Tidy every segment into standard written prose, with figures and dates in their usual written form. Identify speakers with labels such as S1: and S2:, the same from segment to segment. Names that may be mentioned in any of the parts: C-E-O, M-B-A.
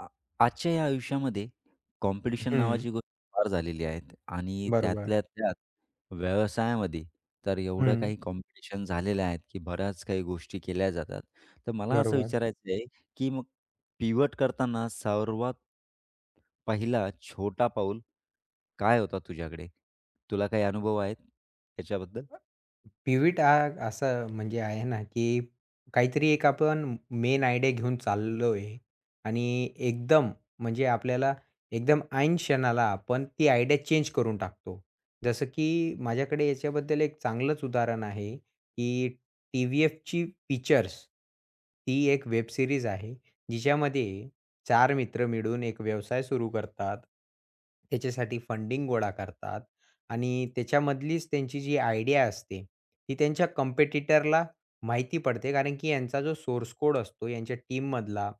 S1: आ आजच्या या आयुष्यामध्ये कॉम्पिटिशन
S2: हं,
S1: नावाची गोष्ट फार झालेली आहेत आणि
S2: बरोबर.
S1: त्यातल्या त्यात व्यवसायामध्ये तर एवढं
S2: हं,
S1: काही कॉम्पिटिशन झालेलं आहेत, की बऱ्याच काही गोष्टी केल्या जातात. तर मला असं
S2: बरोबर.
S1: विचारायचं आहे, की मग पिव्हट करताना सर्वात पहिला छोटा पाऊल काय होता तुझ्याकडे? तुला काही अनुभव आहेत याच्याबद्दल?
S2: पिव्हीट हा असा म्हणजे आहे ना, की काहीतरी एक आपण मेन आयडिया घेऊन चाललोय आणि एकदम म्हणजे आपल्याला एकदम ऐन क्षणाला आपण ती आयडिया चेंज करून टाकतो. जसं की माझ्याकडे याच्याबद्दल एक चांगलंच उदाहरण आहे, की टी-व्ही-एफची पिक्चर्स ही एक वेब सीरीज आहे, जिच्यामध्ये 4 मित्र मिळून एक व्यवसाय सुरू करतात. त्याच्यासाठी फंडिंग गोळा करतात आणि त्याच्यामधलीच त्यांची जी आयडिया असते, ती त्यांच्या कॉम्पिटिटरला माहिती पडते कारण की यांचा जो सोर्स कोड असतो यांच्या टीममधला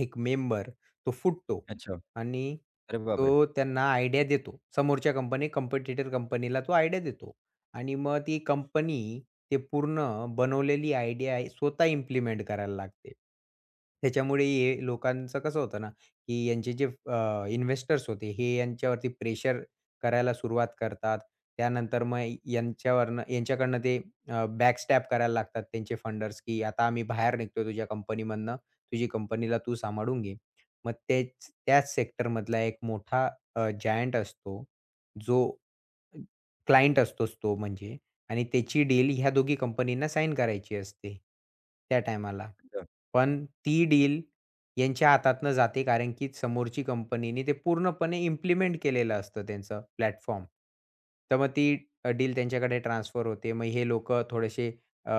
S2: एक मेंबर तो फुटतो
S1: अच्छा.
S2: आणि
S1: अरे
S2: तो
S1: बापरे!
S2: त्यांना आयडिया देतो. समोरच्या कंपनी कॉम्पिटिटर कंपनीला तो आयडिया देतो आणि मग ती कंपनी ते पूर्ण बनवलेली आयडिया आहे स्वतः इम्प्लिमेंट करायला लागते. त्याच्यामुळे हे लोकांचं कसं होतं ना, की यांचे जे इन्व्हेस्टर्स होते हे यांच्यावरती प्रेशर करायला सुरुवात करतात. त्यानंतर मग यांच्यावरनं यांच्याकडनं ते बॅकस्टॅप करायला लागतात त्यांचे फंडर्स, की आता आम्ही बाहेर निघतोय तुझ्या कंपनीमधनं. तुझी कंपनीला तू सांभाळून घे. मग तेच त्याच सेक्टरमधला एक मोठा जायंट असतो, जो क्लायंट असतोच तो म्हणजे आणि त्याची डील ह्या दोघी कंपनींना साइन करायची असते त्या टायमाला.
S1: अच्छा.
S2: पण ती डील यांच्या हातातनं जाते कारण की समोरची कंपनीने ते पूर्णपणे इम्प्लिमेंट केलेलं असतं त्यांचं प्लॅटफॉर्म. तर मग ती डील त्यांच्याकडे ट्रान्सफर होते. मग हे लोकं थोडेसे अ,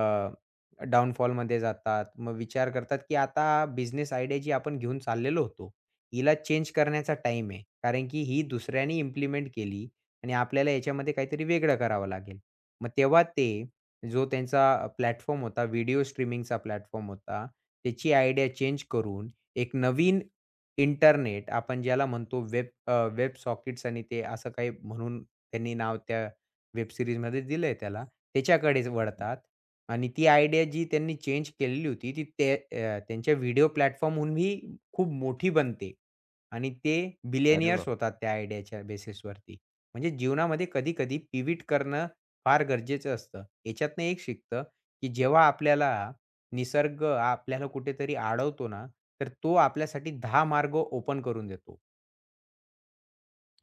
S2: जातात. मग विचार करतात की आता बिझनेस आयडिया जी आपण घेऊन चाललेलो होतो, हिला चेंज करण्याचा टाईम आहे. कारण की ही दुसऱ्याने इम्प्लिमेंट केली. आणि आपल्याला याच्यामध्ये काहीतरी वेगळं करावं लागेल. मग तेव्हा ते जो त्यांचा प्लॅटफॉर्म होता, व्हिडिओ स्ट्रीमिंगचा प्लॅटफॉर्म होता, त्याची आयडिया चेंज करून एक नवीन इंटरनेट आपण ज्याला म्हणतो वेब वेब सॉकेट्स आणि ते असं काही म्हणून त्यांनी नाव त्या वेब सीरीजमध्ये दिलंय त्याला, त्याच्याकडेच
S1: अच्छा.
S2: वळतात आणि ती आयडिया जी त्यांनी चेंज केलेली होती, ती ते त्यांच्या व्हिडिओ प्लॅटफॉर्महूनही खूप मोठी बनते आणि ते
S1: अरे वाह!
S2: बिलियनियर्स होतात त्या आयडियाच्या बेसिसवरती. म्हणजे जीवनामध्ये कधी-कधी पिविट करणं फार गरजेचं असतं. याच्यातनं एक शिकतं, की जेव्हा आपल्याला निसर्ग आपल्याला कुठेतरी अडवतो ना, तर तो आपल्यासाठी 10 मार्ग ओपन करून देतो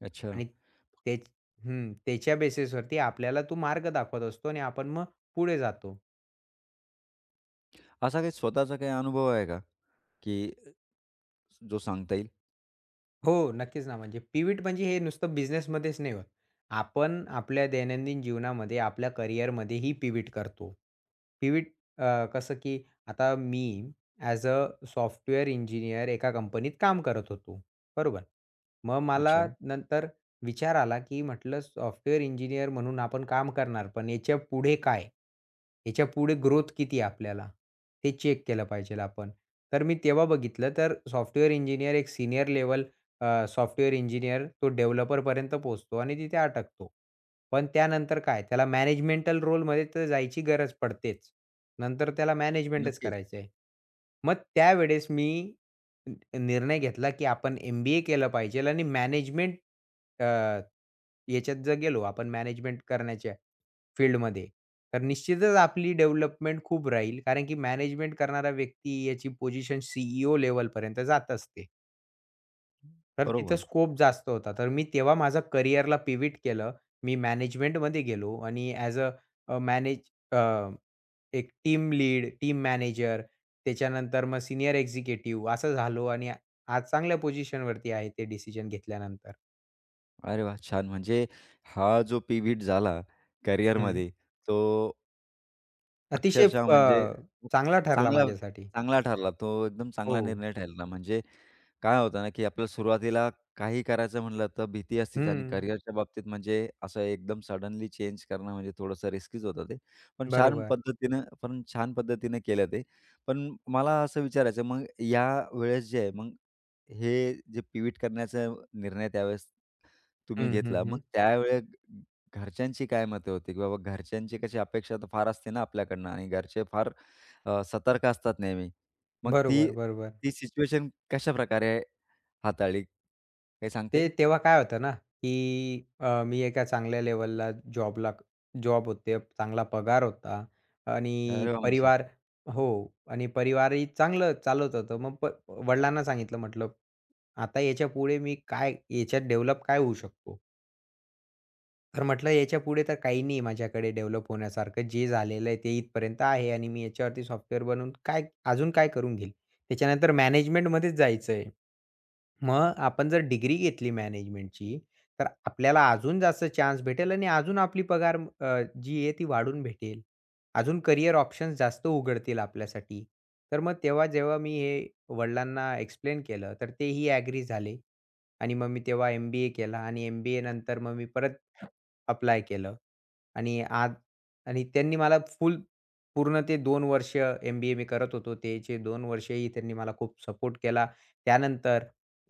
S1: अच्छा.
S2: आणि त्या त्याच्या बेसिसवरती आपल्याला तो मार्ग दाखवत असतो आणि आपण मग पुढे जातो.
S1: असा काही स्वतःचा काही अनुभव आहे का, की जो सांगता येईल?
S2: हो, नक्कीच ना. म्हणजे पिव्हिट म्हणजे हे नुसतं बिझनेसमध्येच नाही होत. आपण आपल्या दैनंदिन जीवनामध्ये, आपल्या करिअरमध्ये ही पिव्हिट करतो. पिव्हिट कसं की आता मी ॲज अ सॉफ्टवेअर इंजिनिअर एका कंपनीत काम करत होतो. बरोबर. मग मला
S1: अच्छा.
S2: नंतर विचार आला की म्हटलं सॉफ्टवेअर इंजिनिअर म्हणून आपण काम करणार, पण याच्या पुढे काय? याच्या पुढे ग्रोथ किती आहे आपल्याला? ते चेक केलं पाहिजेल आपण. तर मी तेव्हा बघितलं तर सॉफ्टवेअर इंजिनिअर एक सीनियर लेव्हल सॉफ्टवेअर इंजिनिअर तो डेव्हलपरपर्यंत पोहोचतो आणि तिथे अटकतो. पण त्यानंतर काय त्याला मॅनेजमेंटल रोलमध्ये तर जायची गरज पडतेच. नंतर त्याला मॅनेजमेंटच
S1: नक्कीच.
S2: करायचं आहे. मग त्यावेळेस मी न निर्णय घेतला, की आपण एम-बी-ए केलं पाहिजेल आणि मॅनेजमेंट अ, याच्यात जर गेलो आपण मॅनेजमेंट करण्याच्या फील्डमध्ये, तर निश्चितच आपली डेव्हलपमेंट खूप राहील. कारण की मॅनेजमेंट करणारा व्यक्ती याची पोझिशन सी ई जात असते. तर तिथं
S1: बरोबर.
S2: स्कोप जास्त होता. तर मी तेव्हा माझं करिअरला पिव्हिट केलं. मी मॅनेजमेंटमध्ये गेलो आणि ॲज अ मॅनेज अ, एक टीम लीड, टीम मॅनेजर, त्याच्यानंतर मग सीनियर एक्झिक्युटिव्ह असं झालो आणि आज चांगल्या पोझिशनवरती आहे ते डिसिजन घेतल्यानंतर.
S1: अरे वाह! छान. म्हणजे हा जो पिव्हिट झाला
S2: हं.
S1: करिअरमध्ये, तो
S2: अतिशय
S1: अक्षरशः
S2: अ,
S1: म्हणजे
S2: चांगला ठरला
S1: चांगला
S2: माझ्यासाठी.
S1: चांगला ठरला. तो एकदम
S2: हो.
S1: चांगला निर्णय ठरला. म्हणजे काय होतं ना, की आपल्याला सुरुवातीला काही करायचं म्हटलं तर भीती असतीच आणि
S2: हं.
S1: करिअरच्या बाबतीत म्हणजे असं एकदम सडनली चेंज करणं म्हणजे थोडंसं रिस्कीच होतं ते. पण छान
S2: बरोबर.
S1: पद्धतीनं पण छान पद्धतीनं केलं ते. पण मला असं विचारायचं मग या वेळेस जे आहे मग हे जे पिव्हीट करण्याचा निर्णय त्यावेळेस तुम्ही
S2: हं, हं,
S1: घेतला. मग
S2: हं.
S1: त्यावेळेस घरच्यांची काय मतं होती, की बाबा घरच्यांची कशी अपेक्षा तर फार असते ना आपल्याकडनं आणि घरचे फार सतर्क असतात नेहमी. मग ती
S2: बरोबर, बरोबर.
S1: ती सिच्युएशन कशाप्रकारे हाताळली काही सांगता?
S2: ते तेव्हा काय होतं ना, की मी एका चांगल्या लेव्हलला जॉब होते, चांगला पगार होता आणि
S1: अरे वाह! म्हणजे
S2: परिवार हो आणि परिवारही चांगलं चालत होतं. मग प वडिलांना सांगितलं म्हटलं, "आता याच्यापुढे मी काय याच्यात डेव्हलप काय होऊ शकतो?" तर म्हटलं, "याच्यापुढे तर काही नाही माझ्याकडे डेव्हलप होण्यासारखं. जे झालेलं आहे ते इथपर्यंत आहे आणि मी याच्यावरती सॉफ्टवेअर बनवून काय अजून काय करून घेईल? त्याच्यानंतर मॅनेजमेंटमध्येच जायचं आहे." मग आपण जर डिग्री घेतली मॅनेजमेंटची, तर आपल्याला अजून जास्त चान्स भेटेल आणि अजून आपली पगार जी आहे ती वाढून भेटेल. अजून करियर ऑप्शन्स जास्त उघडतील आपल्यासाठी. तर मग तेव्हा जेव्हा मी हे वडिलांना एक्सप्लेन केलं, तर तेही ॲग्री झाले आणि मग मी तेव्हा एम-बी-ए केला आणि एम-बी-ए नंतर मग मी परत अप्लाय केलं आणि आज आणि त्यांनी मला पूर्ण ते 2 वर्ष एम-बी-ए मी करत होतो, त्याचे 2 वर्षही त्यांनी मला खूप सपोर्ट केला. त्यानंतर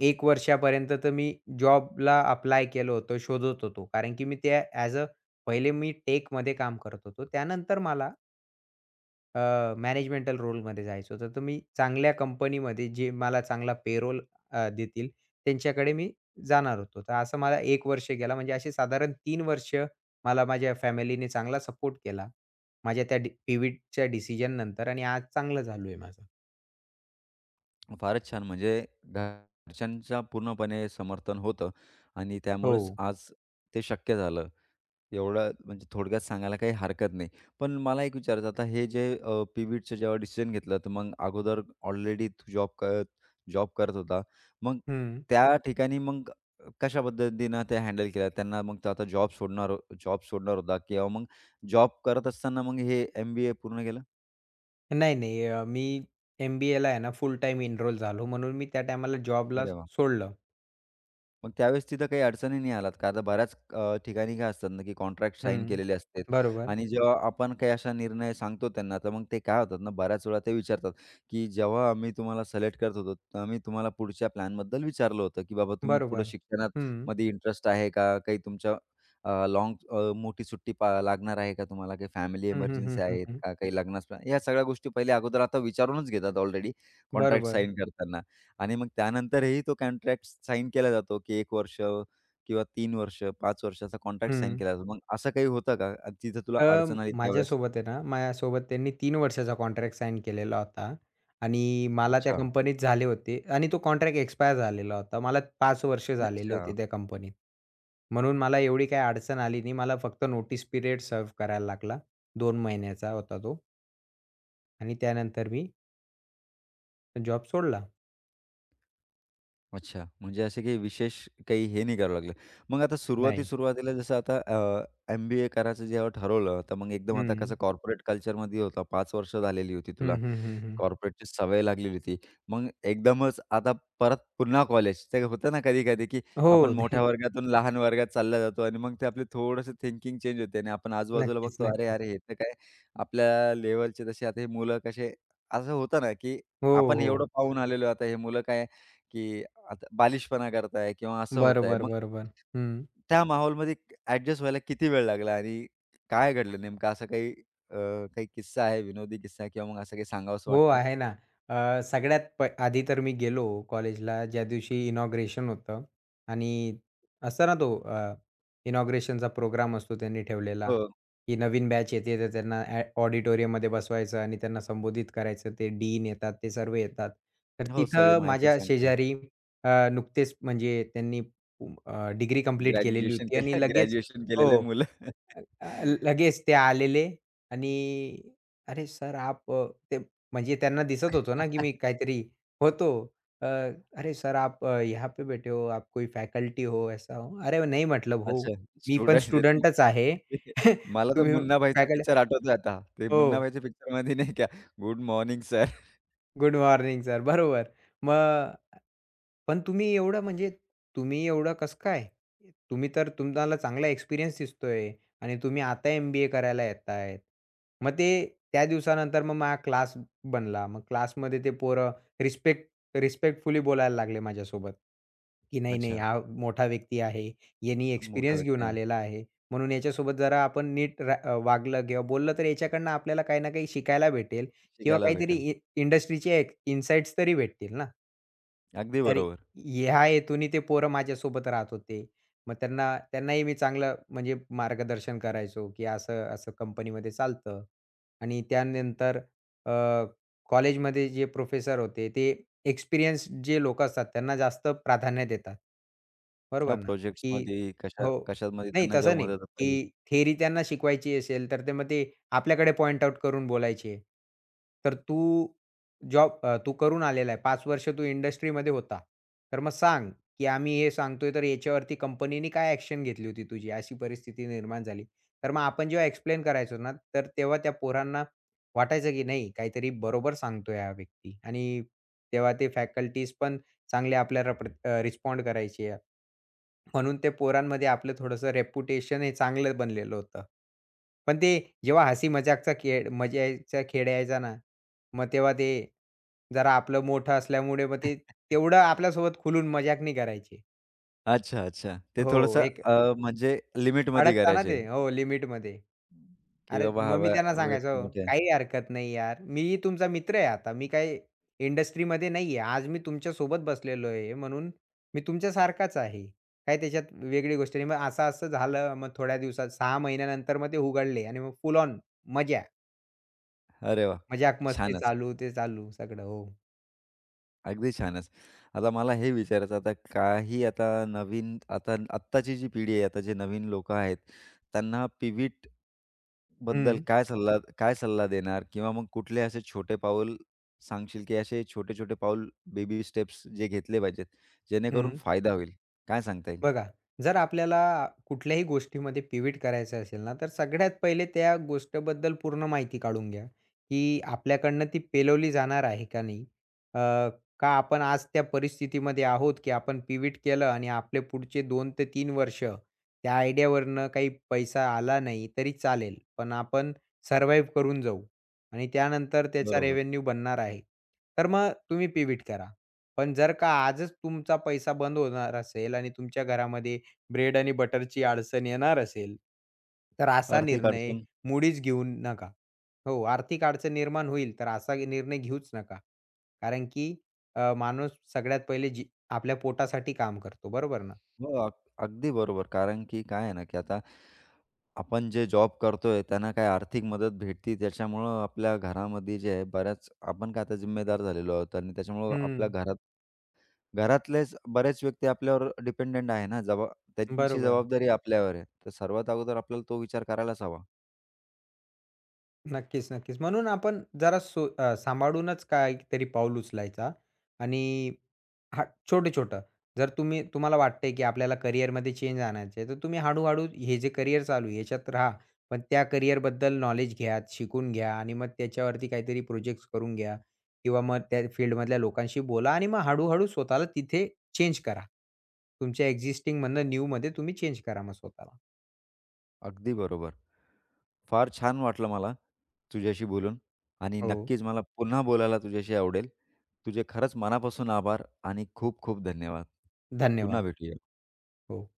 S2: एक वर्षापर्यंत तर मी जॉबला अप्लाय केलं होतं, शोधत होतो. कारण की मी त्या ॲज अ पहिले मी टेकमध्ये काम करत होतो. त्यानंतर मला मॅनेजमेंटल रोलमध्ये जायचं होतं. तर मी चांगल्या कंपनीमध्ये जे मला चांगला पेरोल देतील त्यांच्याकडे मी जाणार होतो. तर असं मला 1 वर्ष गेला म्हणजे असे साधारण 3 वर्ष मला माझ्या फॅमिलीने चांगला सपोर्ट केला. माझ्या त्या पिव्हीटच्या डिसिजननंतर आणि आज चांगलं चालू आहे माझं.
S1: फारच छान. म्हणजे घरच्यांचं पूर्णपणे समर्थन होतं आणि
S2: हो.
S1: त्यामुळेच आज ते शक्य झालं. एवढं म्हणजे थोडक्यात सांगायला काही हरकत नाही. पण मला एक विचारायचं आता हे जे पिव्हीटचं जेव्हा डिसिजन घेतलं, तर मग अगोदर ऑलरेडी तू जॉब करत होता. मग
S2: हं.
S1: त्या ठिकाणी मग कशा पद्धतीनं ते हँडल केलं? त्यांना मग तो आता जॉब सोडणार होता किंवा मग जॉब करत असताना मग हे एम-बी-ए पूर्ण केलं?
S2: नाही, नाही. मी एम-बी-एला आहे ना फुल टाईम एनरोल झालो म्हणून मी त्या टाईमाला जॉबला
S1: अरे वाह!
S2: सोडलं.
S1: मग त्यावेळेस तिथं काही अडचणी नाही आल्यात का? आता बऱ्याच ठिकाणी काय असतात ना, की कॉन्ट्रॅक्ट साईन
S2: हं.
S1: केलेले असतात
S2: बरोबर,
S1: आणि जेव्हा आपण काही असा निर्णय सांगतो त्यांना, तर मग ते काय होतात ना, बऱ्याच वेळा ते विचारतात, की "जेव्हा आम्ही तुम्हाला सिलेक्ट करत होतो, तर आम्ही तुम्हाला पुढच्या प्लॅनबद्दल विचारलं होतं, की बाबा तुम्ही पुढं
S2: बरोबर. हं.
S1: शिक्षणामध्ये इंटरेस्ट आहे का? काही तुमच्या अ, मोठी सुट्टी पा लागणार आहे का तुम्हाला? काही फॅमिली
S2: हं, हं,
S1: इमर्जन्सी
S2: हं, हं,
S1: आहेत
S2: हं.
S1: का? काही लग्नास या सगळ्या गोष्टी पहिले अगोदर आता विचारूनच घेतात ऑलरेडी कॉन्ट्रॅक्ट
S2: बरोबर.
S1: साईन करताना. आणि मग त्यानंतरही तो कॉन्ट्रॅक्ट साइन केला जातो, की 1 वर्ष किंवा 3 वर्ष, 5 वर्षाचा कॉन्ट्रॅक्ट साइन
S2: हं.
S1: केला जातो. मग असं काही होतं का? तिथं तुला
S2: अ,
S1: अडचण आली त्यावेळेस?
S2: माझ्यासोबत आहे ना, माझ्यासोबत त्यांनी 3 वर्षाचा कॉन्ट्रॅक्ट साइन केलेला होता आणि मला त्या
S1: अच्छा.
S2: कंपनीत झाले होते आणि तो कॉन्ट्रॅक्ट एक्सपायर झालेला होता. मला 5 वर्ष झालेले
S1: अच्छा.
S2: होते त्या कंपनीत. म्हणून मला एवढी काही अडचण आली नाही. मला फक्त नोटीस पिरियड सर्व्ह करायला लागला. 2 महिन्याचा होता तो आणि त्यानंतर मी जॉब सोडला?
S1: अच्छा. म्हणजे असे काही विशेष काही हे नाही करावं लागलं. मग आता
S2: नाही.
S1: सुरुवाती-सुरुवातीला जसं आता एम-बी-ए करायचं जेव्हा ठरवलं, तर मग एकदम आता कसं
S2: हं.
S1: कॉर्पोरेट कल्चरमध्ये होता. 5 वर्ष झालेली होती तुला.
S2: हं, हं, हं, हं.
S1: कॉर्पोरेटची सवय लागलेली होती. मग एकदमच आता परत पुन्हा कॉलेज. ते होतं ना कधी-कधी, की आपण
S2: हो.
S1: मोठ्या वर्गातून लहान वर्गात चालला जातो आणि मग ते आपली थोडंसं थिंकिंग चेंज होते आणि आपण आजूबाजूला
S2: नक्कीच,
S1: बघतो, "अरे,
S2: नक्कीच.
S1: अरे, हे तर काय आपल्या लेव्हलचे तसे आता हे मुलं कसे." असं होतं ना, की
S2: हो,
S1: आपण एवढं
S2: हो.
S1: पाहून आलेलो, आता हे मुलं काय, की आता बालिशपणा करताय किंवा असं होतंय.
S2: बरोबर,
S1: मग
S2: बरोबर. हं.
S1: त्या माहोलमध्ये ॲडजस्ट व्हायला किती वेळ लागला आणि काय घडलं नेमकं? असा काही अ, काही किस्सा आहे, विनोदी किस्सा किंवा मग असं काही सांगावसं
S2: हो,
S1: वाटतंय?
S2: आहे ना. अ, सगळ्यात प आधी तर मी गेलो कॉलेजला ज्या दिवशी इनॉग्रेशन होतं आणि असतं ना तो इनॉग्रेशनचा प्रोग्राम असतो त्यांनी ठेवलेला,
S1: हो,
S2: की नवीन बॅच येते तर त्यांना ऑडिटोरियममध्ये बसवायचं आणि त्यांना संबोधित करायचं. ते डीन येतात, ते सर्व येतात. तर
S1: हो. सगळी
S2: तिथं
S1: माहिती
S2: माझ्या
S1: सांगता.
S2: शेजारी नुकतेच म्हणजे त्यांनी डिग्री कंप्लीट केलेली
S1: ग्रॅज्युएशन
S2: होती आणि
S1: केलं
S2: लगेच
S1: ग्रॅज्युएशन केलेले
S2: हो.
S1: मुलं.
S2: अ, लगेच ते आलेले आणि "अरे सर आप" ते म्हणजे त्यांना दिसत होतं ना, की मी काहीतरी होतो. अ, "अरे सर आप यहाँ पे बैठे हो, आप कोई फैकल्टी हो, ऐसा हो." "अरे नहीं मतलब हो,
S1: अच्छा,
S2: मी
S1: स्टुडंट
S2: पण
S1: आहेत
S2: स्टुडंटच आहे."
S1: ते. मला तर
S2: तुम्ही
S1: मुन्नाभाईचा
S2: फॅकल्टी
S1: पिक्चर आठवतोय आता. ते
S2: हो.
S1: मुन्नाभाईच्या पिक्चरमध्ये नाही का, good morning sir.
S2: Good morning sir. बरोबर. मग पण तुम्ही एवढं कसं काय? तुम्ही तर तुम्हाला चांगला एक्सपिरियन्स दिसतोय आणि तुम्ही आता एम-बी-ए करायला येतायत. मग ते त्या दिवसानंतर मग माझा क्लास बनला. मग क्लासमध्ये ते पोरं रिस्पेक्ट रिस्पेक्टफुली बोलायला लागले माझ्यासोबत, की "नाही, नाही
S1: अच्छा,
S2: हा मोठा व्यक्ती आहे. यानी
S1: मोठा
S2: एक्सपिरियन्स घेऊन
S1: व्यक्ती आहे.
S2: आलेला आहे. म्हणून याच्यासोबत जरा आपण नीट वागलं किंवा बोललं तर याच्याकडनं आपल्याला काही ना काही शिकायला भेटेल किंवा
S1: शिकायला
S2: काहीतरी
S1: भेटेल.
S2: इंडस्ट्रीचे एक इनसाइट्स तरी भेटतील ना.
S1: अगदी
S2: तरी
S1: बरोबर.
S2: ह्या हेतूने ते पोरं माझ्यासोबत राहत होते. मग त्यांना त्यांनाही मी चांगलं म्हणजे मार्गदर्शन करायचो, की असं, असं कंपनीमध्ये चालतं. आणि त्यानंतर अ, कॉलेजमध्ये जे प्रोफेसर होते, ते एक्सपिरियन्स जे लोकं असतात त्यांना जास्त प्राधान्य देतात.
S1: हो,
S2: बरोबर ना? की
S1: प्रोजेक्ट्समध्ये कशा
S2: हो.
S1: कशामध्ये
S2: नाही
S1: त्यांना
S2: तसं
S1: जेव्हा
S2: नाही.
S1: मदत
S2: की
S1: पाहिजे.
S2: थेरी त्यांना शिकवायची असेल, तर ते आपल्याकडे पॉइंट आउट करून बोलायचे. तर तू तू करून आलेला आहे. 5 वर्ष तू इंडस्ट्रीमध्ये होता. तर मग सांग, की आम्ही हे सांगतोय, तर याच्यावरती कंपनीने काय ॲक्शन घेतली होती तुझी? अशी परिस्थिती निर्माण झाली. तर मग आपण जेव्हा एक्सप्लेन करायचो ना, तर तेव्हा त्या पोरांना वाटायचं, की नाही काहीतरी बरोबर सांगतोय हा व्यक्ती आणि तेव्हा ते फॅकल्टीज पण चांगले आपल्याला रिस्पॉन्ड करायचे आहे. म्हणून ते पोरांमध्ये आपलं थोडंसं रेप्युटेशन हे चांगलं बनलेलं होतं. पण ते जेव्हा हसी मजाकचा खेळ मजाचा खेळ यायचा ना, मग तेव्हा ते जरा आपलं मोठं असल्यामुळे मग ते तेवढं आपल्यासोबत खुलून मजाक नाही करायचे.
S1: अच्छा, अच्छा. ते
S2: हो,
S1: थोडंसं
S2: एक
S1: म्हणजे लिमिटमध्ये
S2: अडकता ना
S1: करायचे,
S2: ते. हो, लिमिटमध्ये.
S1: की
S2: अरे,
S1: बाबा हा
S2: मग मी त्यांना सांगायचो,
S1: व्यक्ती
S2: "हो,
S1: मोठी आहे.
S2: "काही हरकत नाही यार. मीही तुमचा मित्र आहे आता. मी काही इंडस्ट्रीमध्ये नाहीये. आज मी तुमच्यासोबत बसलेलो आहे, म्हणून मी तुमच्यासारखाच आहे. काही त्याच्यात वेगळी गोष्ट नाही." मग असं-असं झालं. मग थोड्या दिवसात 6 महिन्यानंतर मग ते उघडले आणि मग फुल ऑन मजा.
S1: अरे वाह!
S2: मजाक मस्ती
S1: छानच.
S2: चालू, ते चालू सगळं. हो.
S1: अगदी छानच. आता मला हे विचारायचं आता काही आता नवीन आता आत्ताची जी पिढी आहे, आता जे नवीन लोकं आहेत, त्यांना पिव्हीट बद्दल
S2: हं,
S1: काय सल्ला देणार? किंवा मग कुठले असे छोटे पाऊल सांगशील, की असे छोटे-छोटे पाऊल बेबी स्टेप्स जे घेतले पाहिजेत, जेणेकरून
S2: हं.
S1: फायदा होईल? काय सांगता येईल?
S2: बघा, जर आपल्याला कुठल्याही गोष्टीमध्ये पिव्हीट करायचं असेल ना, तर सगळ्यात पहिले त्या गोष्टीबद्दल पूर्ण माहिती काढून घ्या, की आपल्याकडनं ती पेलवली जाणार आहे का नाही? अ, का आपण आज त्या परिस्थितीमध्ये आहोत, की आपण पिव्हीट केलं आणि आपले पुढचे 2 ते 3 वर्ष त्या आयडियावरनं काही पैसा आला नाही तरी चालेल, पण आपण सर्व्हाईव्ह करून जाऊ आणि त्यानंतर त्याचा
S1: बरोबर.
S2: रेव्हेन्यू बनणार आहे. तर मग तुम्ही पिव्हीट करा. पण जर का आजच तुमचा पैसा बंद होणार असेल आणि तुमच्या घरामध्ये ब्रेड आणि बटरची अडचण येणार असेल, तर असा
S1: आर्थिक
S2: निर्णय
S1: अडचण.
S2: मुळीच घेऊ नका. हो, आर्थिक अडचण निर्माण होईल, तर असा निर्णय घेऊच नका. कारण की माणूस सगळ्यात पहिले जी आपल्या पोटासाठी काम करतो, बरोबर ना?
S1: हो, अगदी बरोबर. कारण की काय आहे ना, की आता आपण जे जॉब करतोय त्यांना काही आर्थिक मदत भेटते त्याच्यामुळं आपल्या घरामध्ये जे आहे बऱ्याच आपण काय आता जिम्मेदार झालेलो आहोत आणि त्याच्यामुळं आपल्या
S2: हं,
S1: घरात घरातलेच बरेच व्यक्ती आपल्यावर डिपेंडंट आहे ना, त्यांची
S2: बरोबर.
S1: जबाबदारी आपल्यावर आहे. तर सर्वात अगोदर आपल्याला तो विचार करायलाच हवा.
S2: नक्कीच, नक्कीच. म्हणून आपण जरा सांभाळूनच काहीतरी पाऊल उचलायचा आणि हां, छोटं-छोटं. जर तुम्हाला वाटतंय, की आपल्याला करिअरमध्ये चेंज आणायचं आहे, तर तुम्ही हळू-हळू हे जे करिअर चालू आहे, याच्यात राहा. पण त्या करिअरबद्दल नॉलेज घ्या, शिकून घ्या आणि मग त्याच्यावरती काहीतरी प्रोजेक्ट्स करून घ्या किंवा मग त्या फील्डमधल्या लोकांशी बोला आणि मग हळू स्वतःला तिथे चेंज करा. तुमच्या एक्झिस्टिंगमधनं न्यूमध्ये तुम्ही चेंज करा मग स्वतःला.
S1: अगदी बरोबर. फार छान वाटलं मला तुझ्याशी बोलून आणि
S2: हो,
S1: नक्कीच मला पुन्हा बोलायला तुझ्याशी आवडेल. तुझे खरंच मनापासून आभार आणि खूप खूप धन्यवाद. पुन्हा
S2: धन्यवाद.
S1: भेटूया.
S2: हो.